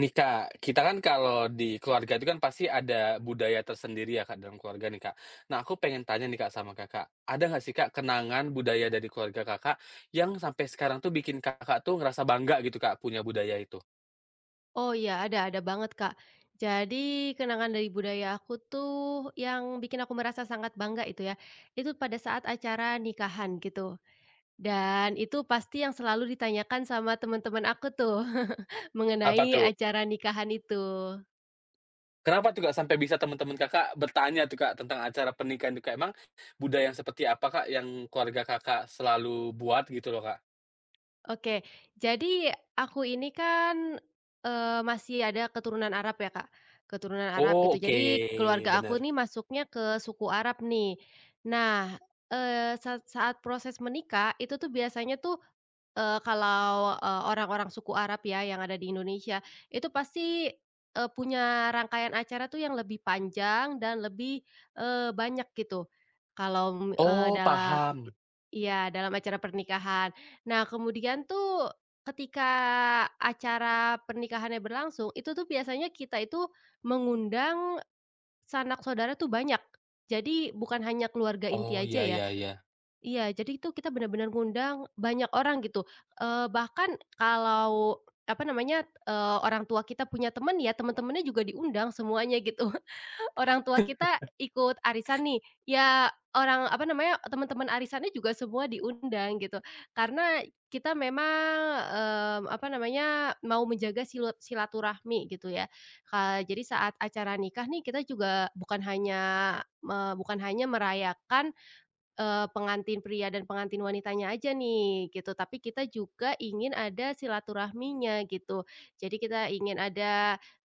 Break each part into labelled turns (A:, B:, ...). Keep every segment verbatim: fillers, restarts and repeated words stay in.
A: Nih Kak, kita kan kalau di keluarga itu kan pasti ada budaya tersendiri ya Kak dalam keluarga nih Kak. Nah aku pengen tanya nih Kak sama Kakak, ada nggak sih Kak kenangan budaya dari keluarga Kakak yang sampai sekarang tuh bikin Kakak tuh ngerasa bangga gitu Kak punya budaya itu?
B: Oh iya, ada ada banget, Kak. Jadi kenangan dari budaya aku tuh yang bikin aku merasa sangat bangga itu ya, itu pada saat acara nikahan gitu. Dan itu pasti yang selalu ditanyakan sama teman-teman aku tuh
A: Apa
B: mengenai
A: tuh?
B: acara nikahan itu.
A: Kenapa tuh Kak sampai bisa teman-teman Kakak bertanya tuh Kak tentang acara pernikahan tuh Kak? Emang budaya yang seperti apa Kak yang keluarga Kakak selalu buat gitu loh Kak?
B: Oke, jadi aku ini kan, eee, masih ada keturunan Arab ya, Kak, keturunan Arab
A: Oh
B: gitu.
A: oke,
B: Jadi keluarga aku
A: bener.
B: nih masuknya ke suku Arab nih. Nah, eee, saat saat proses menikah itu tuh biasanya tuh, eee, kalau, eee, orang-orang suku Arab ya yang ada di Indonesia, itu pasti, eee, punya rangkaian acara tuh yang lebih panjang dan lebih, eee, banyak gitu. Kalau, mmm, eee,
A: Oh
B: dalam...
A: paham.
B: Iya, dalam acara pernikahan. Nah, kemudian tuh ketika acara pernikahannya berlangsung, itu tuh biasanya kita itu mengundang sanak saudara tuh banyak. Jadi bukan hanya keluarga inti
A: Oh,
B: aja
A: ya
B: ya.
A: ya ya.
B: Iya, jadi itu kita benar-benar ngundang banyak orang gitu. Eee, bahkan kalau, apa namanya, eee, orang tua kita punya teman, ya teman-temannya juga diundang semuanya gitu. Orang tua kita ikut arisan nih, ya orang apa namanya, teman-teman arisannya juga semua diundang gitu. Karena kita memang, mmm, apa namanya, mau menjaga silut silaturahmi gitu ya. Eee, jadi saat acara nikah nih kita juga bukan hanya me bukan hanya merayakan eee, pengantin pria dan pengantin wanitanya aja nih gitu, tapi kita juga ingin ada silaturahminya gitu. Jadi kita ingin ada,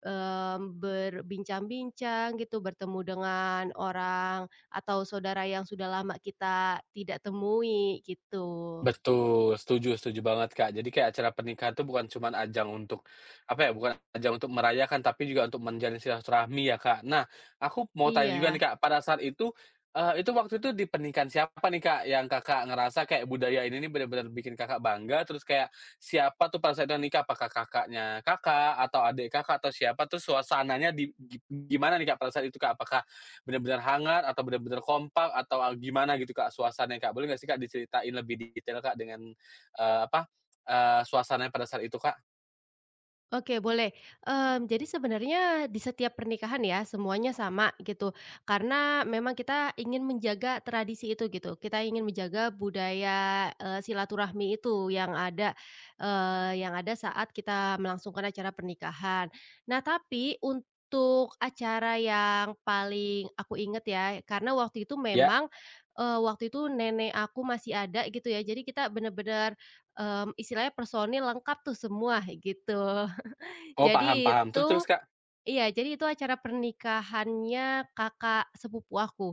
B: mmm, berbincang-bincang gitu, bertemu dengan orang atau saudara yang sudah lama kita tidak temui gitu.
A: Betul, setuju setuju banget, Kak. Jadi kayak acara pernikahan tuh bukan cuman ajang untuk, apa ya, bukan ajang untuk merayakan, tapi juga untuk menjalin silaturahmi ya, Kak. Nah, aku mau tanya juga
B: Iya.
A: nih, Kak, pada saat itu, eee, itu waktu itu di pernikahan siapa nih, Kak, yang Kakak ngerasa kayak budaya ini nih benar-benar bikin Kakak bangga, terus kayak siapa tuh pada saat itu yang nikah? Apakah kakaknya Kakak, atau adik Kakak, atau siapa? Terus suasananya di gi gimana nih, Kak, pada saat itu, Kak? Apakah benar-benar hangat atau benar-benar kompak atau ah, gimana gitu, Kak, suasananya, Kak? Boleh nggak sih, Kak, diceritain lebih detail, Kak, dengan, eee, apa, eee, suasananya pada saat itu, Kak?
B: Oke, boleh. Mmm, jadi sebenarnya di setiap pernikahan ya, semuanya sama gitu. Karena memang kita ingin menjaga tradisi itu gitu. Kita ingin menjaga budaya, eee, silaturahmi itu yang ada, eee, yang ada saat kita melangsungkan acara pernikahan. Nah, tapi untuk acara yang paling aku inget ya, karena waktu itu
A: Ya,
B: memang, eee, waktu itu nenek aku masih ada gitu ya. Jadi kita bener-bener, mmm, istilahnya personil lengkap tuh semua gitu.
A: oh paham
B: Jadi
A: paham,
B: itu,
A: terus terus, Kak?
B: iya, jadi itu acara pernikahannya kakak sepupu aku.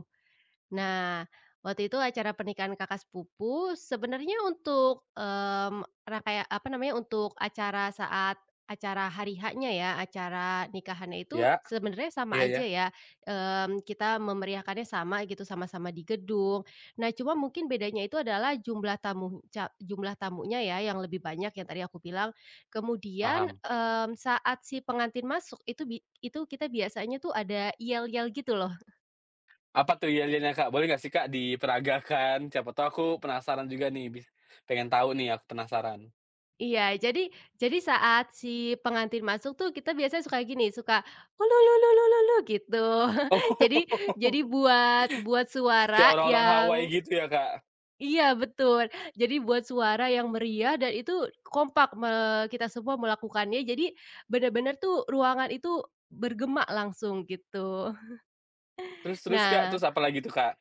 B: Nah, waktu itu acara pernikahan kakak sepupu sebenarnya untuk, mmm, rangkaya apa namanya, untuk acara saat acara hari h ya, acara nikahannya itu
A: Ya,
B: sebenarnya sama
A: iya ya
B: aja ya, mmm, kita memeriahkannya sama gitu, sama-sama di gedung. Nah, cuma mungkin bedanya itu adalah jumlah tamu ca jumlah tamunya ya yang lebih banyak yang tadi aku bilang. Kemudian,
A: paham.
B: mmm, saat si pengantin masuk itu bi itu kita biasanya tuh ada yel-yel gitu loh.
A: Apa tuh iya-iyanya, Kak? Boleh nggak sih, Kak, diperagakan? Siapa tahu aku penasaran juga nih, bis pengen tahu nih, aku penasaran.
B: Iya, jadi jadi saat si pengantin masuk tuh kita biasanya suka gini, suka "Ulu-lu-lu-lu-lu-lu" gitu. Jadi jadi
A: Oh,
B: buat buat
A: kayak
B: suara
A: orang-orang Hawaii
B: yang...
A: gitu ya, Kak?
B: iya, betul. Jadi buat suara yang meriah dan itu kompak me kita semua melakukannya, jadi benar-benar tuh ruangan itu bergema langsung gitu.
A: Terus terus, Kak,
B: Nah
A: terus apa lagi tuh, Kak?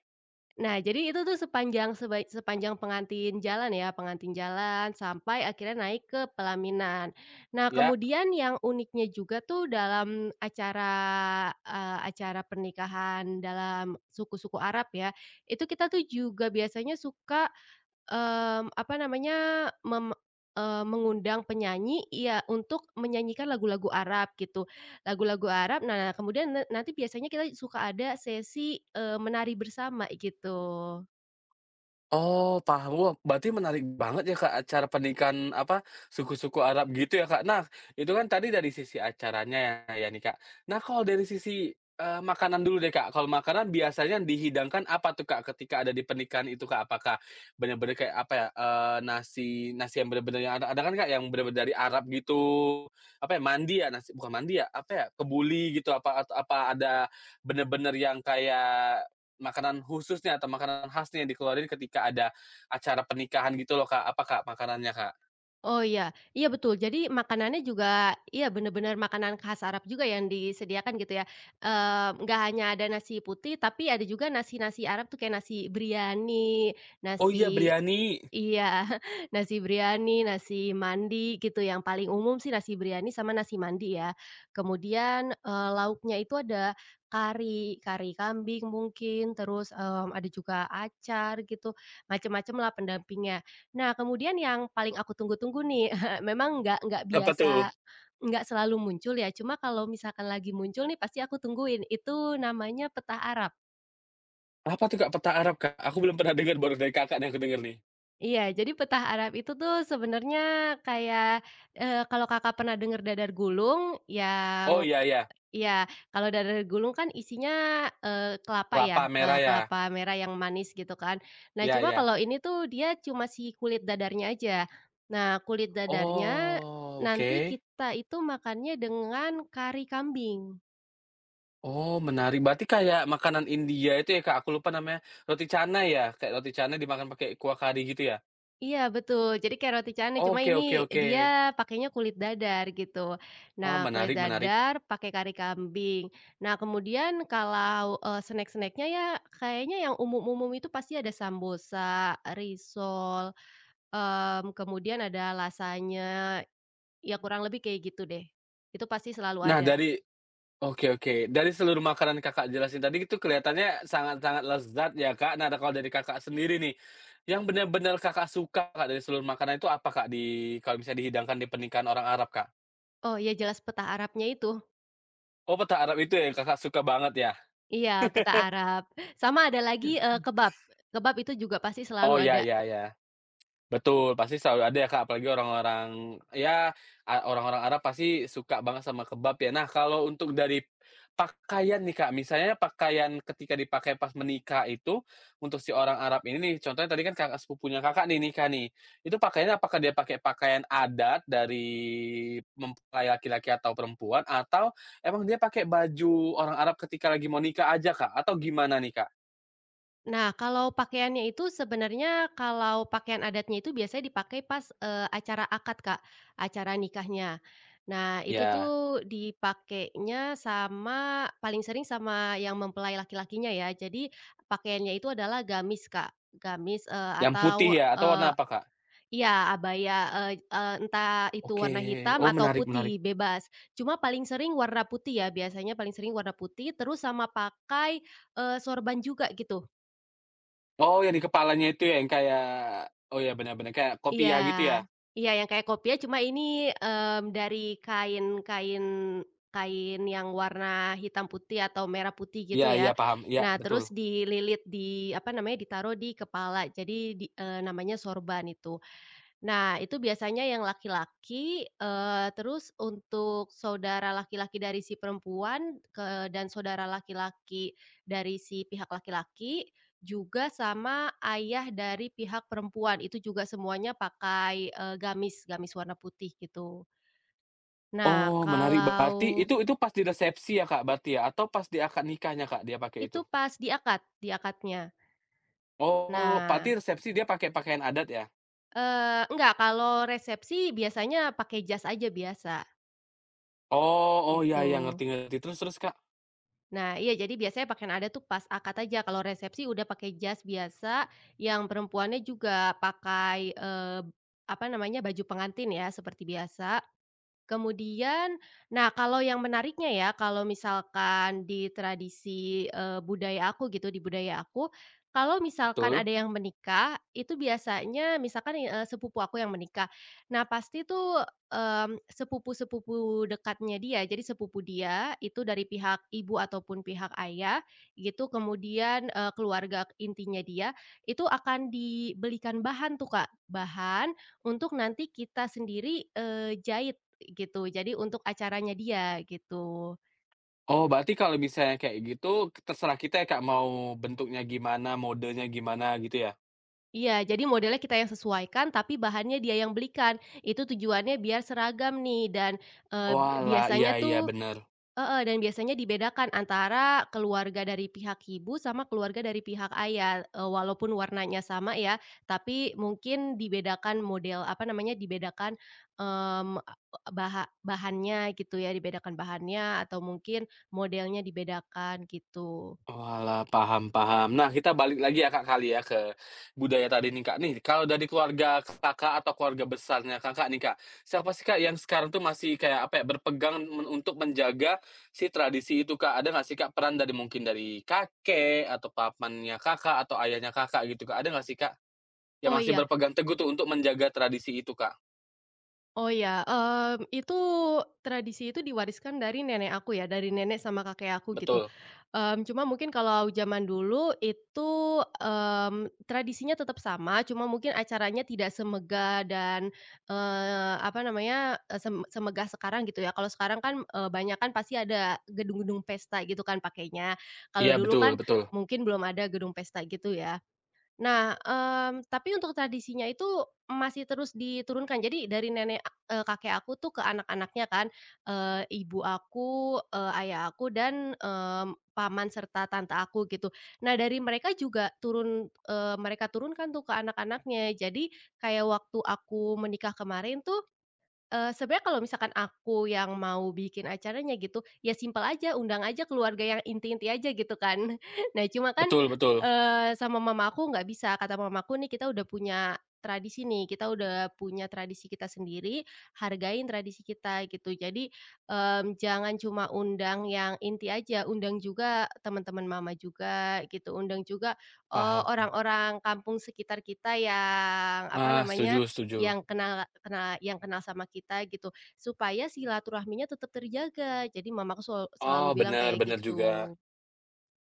B: Nah, jadi itu tuh sepanjang seba sepanjang pengantin jalan ya, pengantin jalan sampai akhirnya naik ke pelaminan. Nah,
A: Ya.
B: kemudian yang uniknya juga tuh dalam acara, eee, acara pernikahan dalam suku-suku Arab ya, itu kita tuh juga biasanya suka... Mmm, apa namanya, mem eee, mengundang penyanyi ya untuk menyanyikan lagu-lagu Arab gitu. Lagu-lagu Arab, nah kemudian na nanti biasanya kita suka ada sesi, eee, menari bersama gitu.
A: Oh, paham. Wah, berarti menarik banget ya, Kak, acara pernikahan, apa, suku-suku Arab gitu ya, Kak. Nah, itu kan tadi dari sisi acaranya ya ya nih, Kak. Nah, kalau dari sisi, eee, makanan dulu deh, Kak. Kalau makanan biasanya dihidangkan apa tuh, Kak, ketika ada di pernikahan itu, Kak? Apakah benar-benar kayak, apa ya, eee, nasi nasi yang benar-benar yang ada ada kan, Kak, yang benar-benar dari Arab gitu, apa ya, mandi ya, nasi bukan mandi ya, apa ya, kebuli gitu, apa atau apa ada benar-benar yang kayak makanan khususnya atau makanan khasnya yang dikeluarin ketika ada acara pernikahan gitu loh, Kak. Apa, Kak, makanannya, Kak?
B: Oh iya, iya betul. Jadi makanannya juga iya bener-bener makanan khas Arab juga yang disediakan gitu ya. Eee, nggak hanya ada nasi putih, tapi ada juga nasi-nasi Arab tuh kayak nasi biryani,
A: Oh iya,
B: nasi...
A: biryani.
B: Iya, nasi biryani, nasi mandi gitu, yang paling umum sih nasi biryani sama nasi mandi ya. Kemudian, eee, lauknya itu ada kari, kari kambing mungkin, terus, mmm, ada juga acar gitu, macem lah pendampingnya. Nah, kemudian yang paling aku tunggu-tunggu nih, memang nggak nggak
A: Apa tuh?
B: biasa, nggak selalu muncul ya, cuma kalau misalkan lagi muncul nih pasti aku tungguin, itu namanya petah Arab.
A: Apa tuh, Kak, peta Arab, Kak? Aku belum pernah dengar, baru dari Kakak yang aku denger nih.
B: Iya, jadi petah Arab itu tuh sebenarnya kayak, eee, kalau Kakak pernah dengar dadar gulung
A: Oh,
B: yang...
A: iya iya,
B: ya, kalau dadar gulung kan isinya, eee, kelapa ya,
A: kelapa merah
B: eee,
A: ya?
B: kelapa merah yang manis gitu kan. Nah,
A: Iya
B: cuma
A: iya.
B: kalau ini tuh dia cuma si kulit dadarnya aja. Nah, kulit dadarnya
A: Oh, oke.
B: nanti kita itu makannya dengan kari kambing.
A: Oh, menarik. Berarti kayak makanan India itu ya, Kak, aku lupa namanya, roti canai ya? Kayak roti canai dimakan pakai kuah kari gitu ya?
B: Iya betul, jadi kayak roti canai, cuma
A: Oke
B: ini
A: oke oke.
B: dia pakainya kulit dadar gitu.
A: Wah,
B: Nah, kulit
A: menarik menarik.
B: dadar pakai kari kambing. Nah, kemudian kalau, eee, snack snacknya ya, kayaknya yang umum-umum itu pasti ada sambosa, risol, mmm, kemudian ada lasanya, ya kurang lebih kayak gitu deh. Itu pasti selalu
A: Nah,
B: ada.
A: dari oke oke. Dari seluruh makanan Kakak jelasin tadi itu kelihatannya sangat-sangat lezat ya, Kak. Nah, ada kalau dari Kakak sendiri nih, yang benar-benar Kakak suka, Kak, dari seluruh makanan itu apa, Kak, di kalau misalnya dihidangkan di pernikahan orang Arab, Kak?
B: Oh ya jelas peta Arabnya itu.
A: Oh, peta Arab itu yang Kakak suka banget ya?
B: Iya, peta Arab. Sama ada lagi, eee,
A: Mmm.
B: kebab. Kebab itu juga pasti selalu
A: Oh, ya
B: ada.
A: ya ya. Betul, pasti selalu ada ya, Kak, apalagi orang-orang ya, eee, orang-orang Arab pasti suka banget sama kebab ya. Nah, kalau untuk dari pakaian nih, Kak, misalnya pakaian ketika dipakai pas menikah itu, untuk si orang Arab ini nih, contohnya tadi kan kakak sepupunya Kakak nih nikah nih, itu pakaiannya apakah dia pakai pakaian adat dari mempelai laki-laki atau perempuan, atau emang dia pakai baju orang Arab ketika lagi mau nikah aja, Kak, atau gimana nih, Kak?
B: Nah, kalau pakaiannya itu sebenarnya kalau pakaian adatnya itu biasanya dipakai pas, eee, acara akad, Kak, acara nikahnya. Nah, itu
A: Ya,
B: tuh dipakainya sama paling sering sama yang mempelai laki-lakinya ya. Jadi pakaiannya itu adalah gamis, Kak, gamis, eee,
A: yang
B: atau,
A: putih ya, atau
B: eee
A: warna apa, Kak?
B: iya, abaya, eee eee, entah itu
A: Oke,
B: warna hitam
A: oh
B: atau
A: menarik menarik.
B: putih, bebas. Cuma paling sering warna putih ya, biasanya paling sering warna putih, terus sama pakai, eee, sorban juga gitu.
A: Oh, yang di kepalanya itu ya, yang kayak oh ya, benar benar, kayak
B: Iya.
A: kopiah gitu ya?
B: Iya, yang kayak kopiah cuma ini, mmm, dari kain kain kain yang warna hitam putih atau merah putih
A: Iya
B: gitu
A: iya,
B: ya.
A: paham, iya,
B: Nah,
A: betul.
B: terus dililit di, apa namanya, ditaruh di kepala. Jadi di eee, namanya sorban itu. Nah, itu biasanya yang laki-laki, eee, terus untuk saudara laki-laki dari si perempuan ke dan saudara laki-laki dari si pihak laki-laki, juga sama ayah dari pihak perempuan, itu juga semuanya pakai, eee, gamis gamis warna putih gitu. Nah,
A: Oh, menarik, berarti
B: kalau
A: itu itu pas di resepsi ya, Kak, berarti ya? Atau pas di akad nikahnya, Kak, dia pakai
B: itu
A: itu?
B: pas di akad di akadnya.
A: Oh,
B: Nah,
A: berarti resepsi dia pakai pakaian adat ya?
B: eee, enggak, kalau resepsi biasanya pakai jas aja biasa,
A: Oh oh, iya iya,
B: gitu.
A: ngerti ngerti, terus terus, Kak?
B: Nah, iya jadi biasanya pakaian adat tuh pas akad aja, kalau resepsi udah pakai jas biasa, yang perempuannya juga pakai, eee, apa namanya, baju pengantin ya seperti biasa. Kemudian, nah kalau yang menariknya ya, kalau misalkan di tradisi, eee, budaya aku gitu, di budaya aku, kalau misalkan
A: Betul.
B: ada yang menikah, itu biasanya misalkan, eee, sepupu aku yang menikah. Nah pasti tuh, mmm, sepupu-sepupu dekatnya dia, jadi sepupu dia itu dari pihak ibu ataupun pihak ayah gitu, kemudian, eee, keluarga intinya dia, itu akan dibelikan bahan tuh Kak, bahan untuk nanti kita sendiri, eee, jahit. Gitu, jadi untuk acaranya dia, gitu.
A: Oh, berarti kalau misalnya kayak gitu, terserah kita ya, Kak, mau bentuknya gimana, modenya gimana gitu ya?
B: Iya, jadi modelnya kita yang sesuaikan, tapi bahannya dia yang belikan. Itu tujuannya biar seragam nih dan, eee,
A: Oalah, iya
B: biasanya
A: iya,
B: tuh
A: benar.
B: heeh, dan biasanya dibedakan antara keluarga dari pihak ibu sama keluarga dari pihak ayah, eee, walaupun warnanya sama ya, tapi mungkin dibedakan model apa namanya, dibedakan, mmm, a e bahannya gitu ya, dibedakan bahannya atau mungkin modelnya dibedakan, gitu.
A: Oalah, paham paham. Nah, kita balik lagi ya, Kak, kali ya ke budaya tadi nih, Kak. Nih, kalau dari keluarga Kakak atau keluarga besarnya Kakak nih, Kak, siapa sih, Kak, yang sekarang tuh masih kayak, apa ya, berpegang men untuk menjaga si tradisi itu, Kak? Ada nggak sih, Kak, peran dari mungkin dari kakek atau pamannya Kakak atau ayahnya Kakak gitu, Kak? Ada nggak sih, Kak, yang
B: Oh
A: masih
B: iya,
A: berpegang teguh tuh untuk menjaga tradisi itu, Kak?
B: oh ya, mmm, itu tradisi itu diwariskan dari nenek aku ya, dari nenek sama kakek aku gitu.
A: Betul.
B: Mmm, cuma mungkin kalau zaman dulu itu, mmm, tradisinya tetap sama, cuma mungkin acaranya tidak semegah dan, eee, apa namanya, eee, sem semegah sekarang gitu ya. Kalau sekarang kan, eh, banyak kan pasti ada gedung-gedung pesta gitu kan pakainya. Kalau
A: Iya,
B: dulu
A: betul
B: kan
A: betul.
B: mungkin belum ada gedung pesta gitu ya. Nah, mmm, tapi untuk tradisinya itu masih terus diturunkan. Jadi dari nenek, eee, kakek aku tuh ke anak-anaknya kan, eee, ibu aku, eee, ayah aku dan, mmm, paman serta tante aku gitu. Nah dari mereka juga turun eee, mereka turunkan tuh ke anak-anaknya. Jadi kayak waktu aku menikah kemarin tuh... Eee, sebenarnya kalau misalkan aku yang mau bikin acaranya gitu, ya simpel aja, undang aja keluarga yang inti-inti aja gitu kan. Nah cuma kan,
A: Betul betul.
B: eee, sama mama aku nggak bisa, kata mamaku nih, "Kita udah punya tradisi nih, kita udah punya tradisi kita sendiri, hargain tradisi kita," gitu. Jadi, mmm, jangan cuma undang yang inti aja, undang juga teman-teman mama juga gitu, undang juga, eee,
A: Paham.
B: orang-orang kampung sekitar kita yang, apa
A: Ah, setuju
B: namanya,
A: setuju.
B: yang kenal kenal yang kenal sama kita gitu, supaya silaturahminya tetap terjaga. Jadi mamaku sel selalu
A: Oh,
B: bilang
A: benar
B: kayak
A: benar juga.
B: gitu.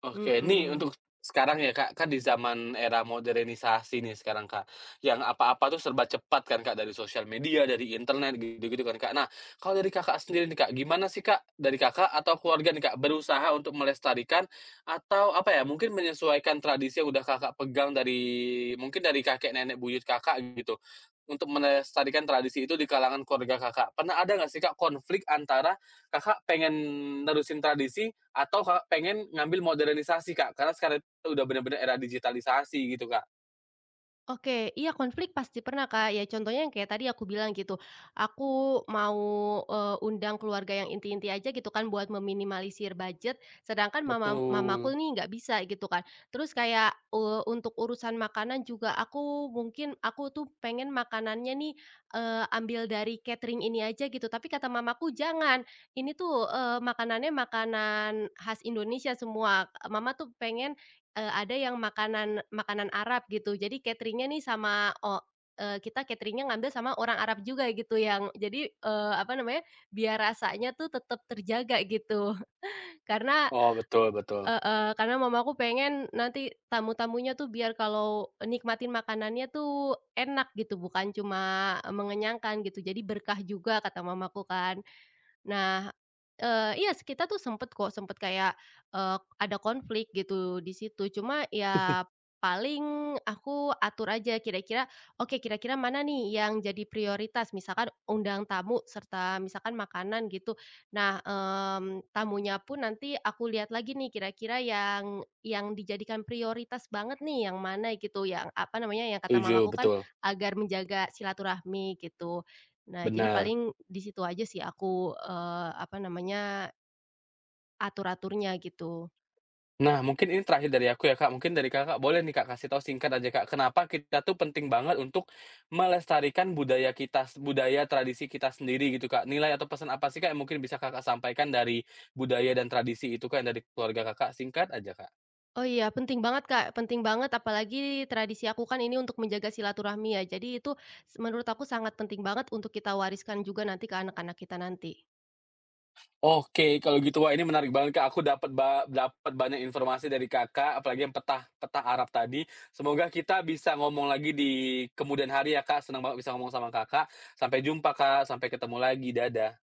A: Oke, ini
B: Mhm.
A: untuk sekarang ya Kak, kan di zaman era modernisasi nih sekarang Kak, yang apa-apa tuh serba cepat kan Kak, dari sosial media, dari internet, gitu-gitu kan Kak. Nah, kalau dari Kakak sendiri nih Kak, gimana sih Kak, dari Kakak atau keluarga nih Kak, berusaha untuk melestarikan atau apa ya, mungkin menyesuaikan tradisi yang udah Kakak pegang dari mungkin dari kakek nenek buyut Kakak gitu, untuk melestarikan tradisi itu di kalangan keluarga Kakak. Pernah ada nggak sih Kak konflik antara Kakak pengen nerusin tradisi atau pengen ngambil modernisasi, Kak? Karena sekarang itu udah bener-bener era digitalisasi gitu, Kak.
B: Oke, iya konflik pasti pernah, Kak. Ya contohnya yang kayak tadi aku bilang gitu, aku mau, eee, undang keluarga yang inti-inti aja gitu kan buat meminimalisir budget, sedangkan mama
A: Betul.
B: mamaku nih nggak bisa gitu kan. Terus kayak, eee, untuk urusan makanan juga aku mungkin aku tuh pengen makanannya nih, eee, ambil dari catering ini aja gitu, tapi kata mamaku, "Jangan, ini tuh, eee, makanannya makanan khas Indonesia semua. Mama tuh pengen... Eee, ada yang makanan makanan Arab gitu. Jadi cateringnya nih sama oh eee, kita cateringnya ngambil sama orang Arab juga gitu yang jadi, eee, apa namanya, biar rasanya tuh tetap terjaga gitu. Karena,
A: Oh, betul betul.
B: heeh, karena mamaku pengen nanti tamu-tamunya tuh biar kalau nikmatin makanannya tuh enak gitu, bukan cuma mengenyangkan gitu, jadi berkah juga kata mamaku kan. Nah, eee, iya kita tuh sempet kok, sempet kayak, eee, ada konflik gitu di situ, cuma ya paling aku atur aja kira-kira, oke kira-kira mana nih yang jadi prioritas, misalkan undang tamu serta misalkan makanan gitu. Nah, mmm, tamunya pun nanti aku lihat lagi nih kira-kira yang yang dijadikan prioritas banget nih yang mana gitu, yang apa namanya, yang kata
A: Setuju,
B: mamaku kan
A: betul.
B: agar menjaga silaturahmi gitu. Nah, jadi
A: Benar.
B: paling di situ aja sih aku, eee, apa namanya, atur-aturnya gitu.
A: Nah, mungkin ini terakhir dari aku ya, Kak. Mungkin dari Kakak boleh nih, Kak, kasih tahu singkat aja, Kak, kenapa kita tuh penting banget untuk melestarikan budaya kita budaya tradisi kita sendiri gitu, Kak. Nilai atau pesan apa sih, Kak, yang mungkin bisa Kakak sampaikan dari budaya dan tradisi itu, Kak, yang dari keluarga Kakak? Singkat aja, Kak.
B: Oh iya, penting banget Kak, penting banget apalagi tradisi aku kan ini untuk menjaga silaturahmi ya, jadi itu s menurut aku sangat penting banget untuk kita wariskan juga nanti ke anak-anak kita nanti.
A: Oke, kalau gitu wah ini menarik banget, Kak, aku dapat ba dapat banyak informasi dari Kakak, apalagi yang peta peta Arab tadi. Semoga kita bisa ngomong lagi di kemudian hari ya, Kak, senang banget bisa ngomong sama Kakak. Sampai jumpa, Kak, sampai ketemu lagi, dadah.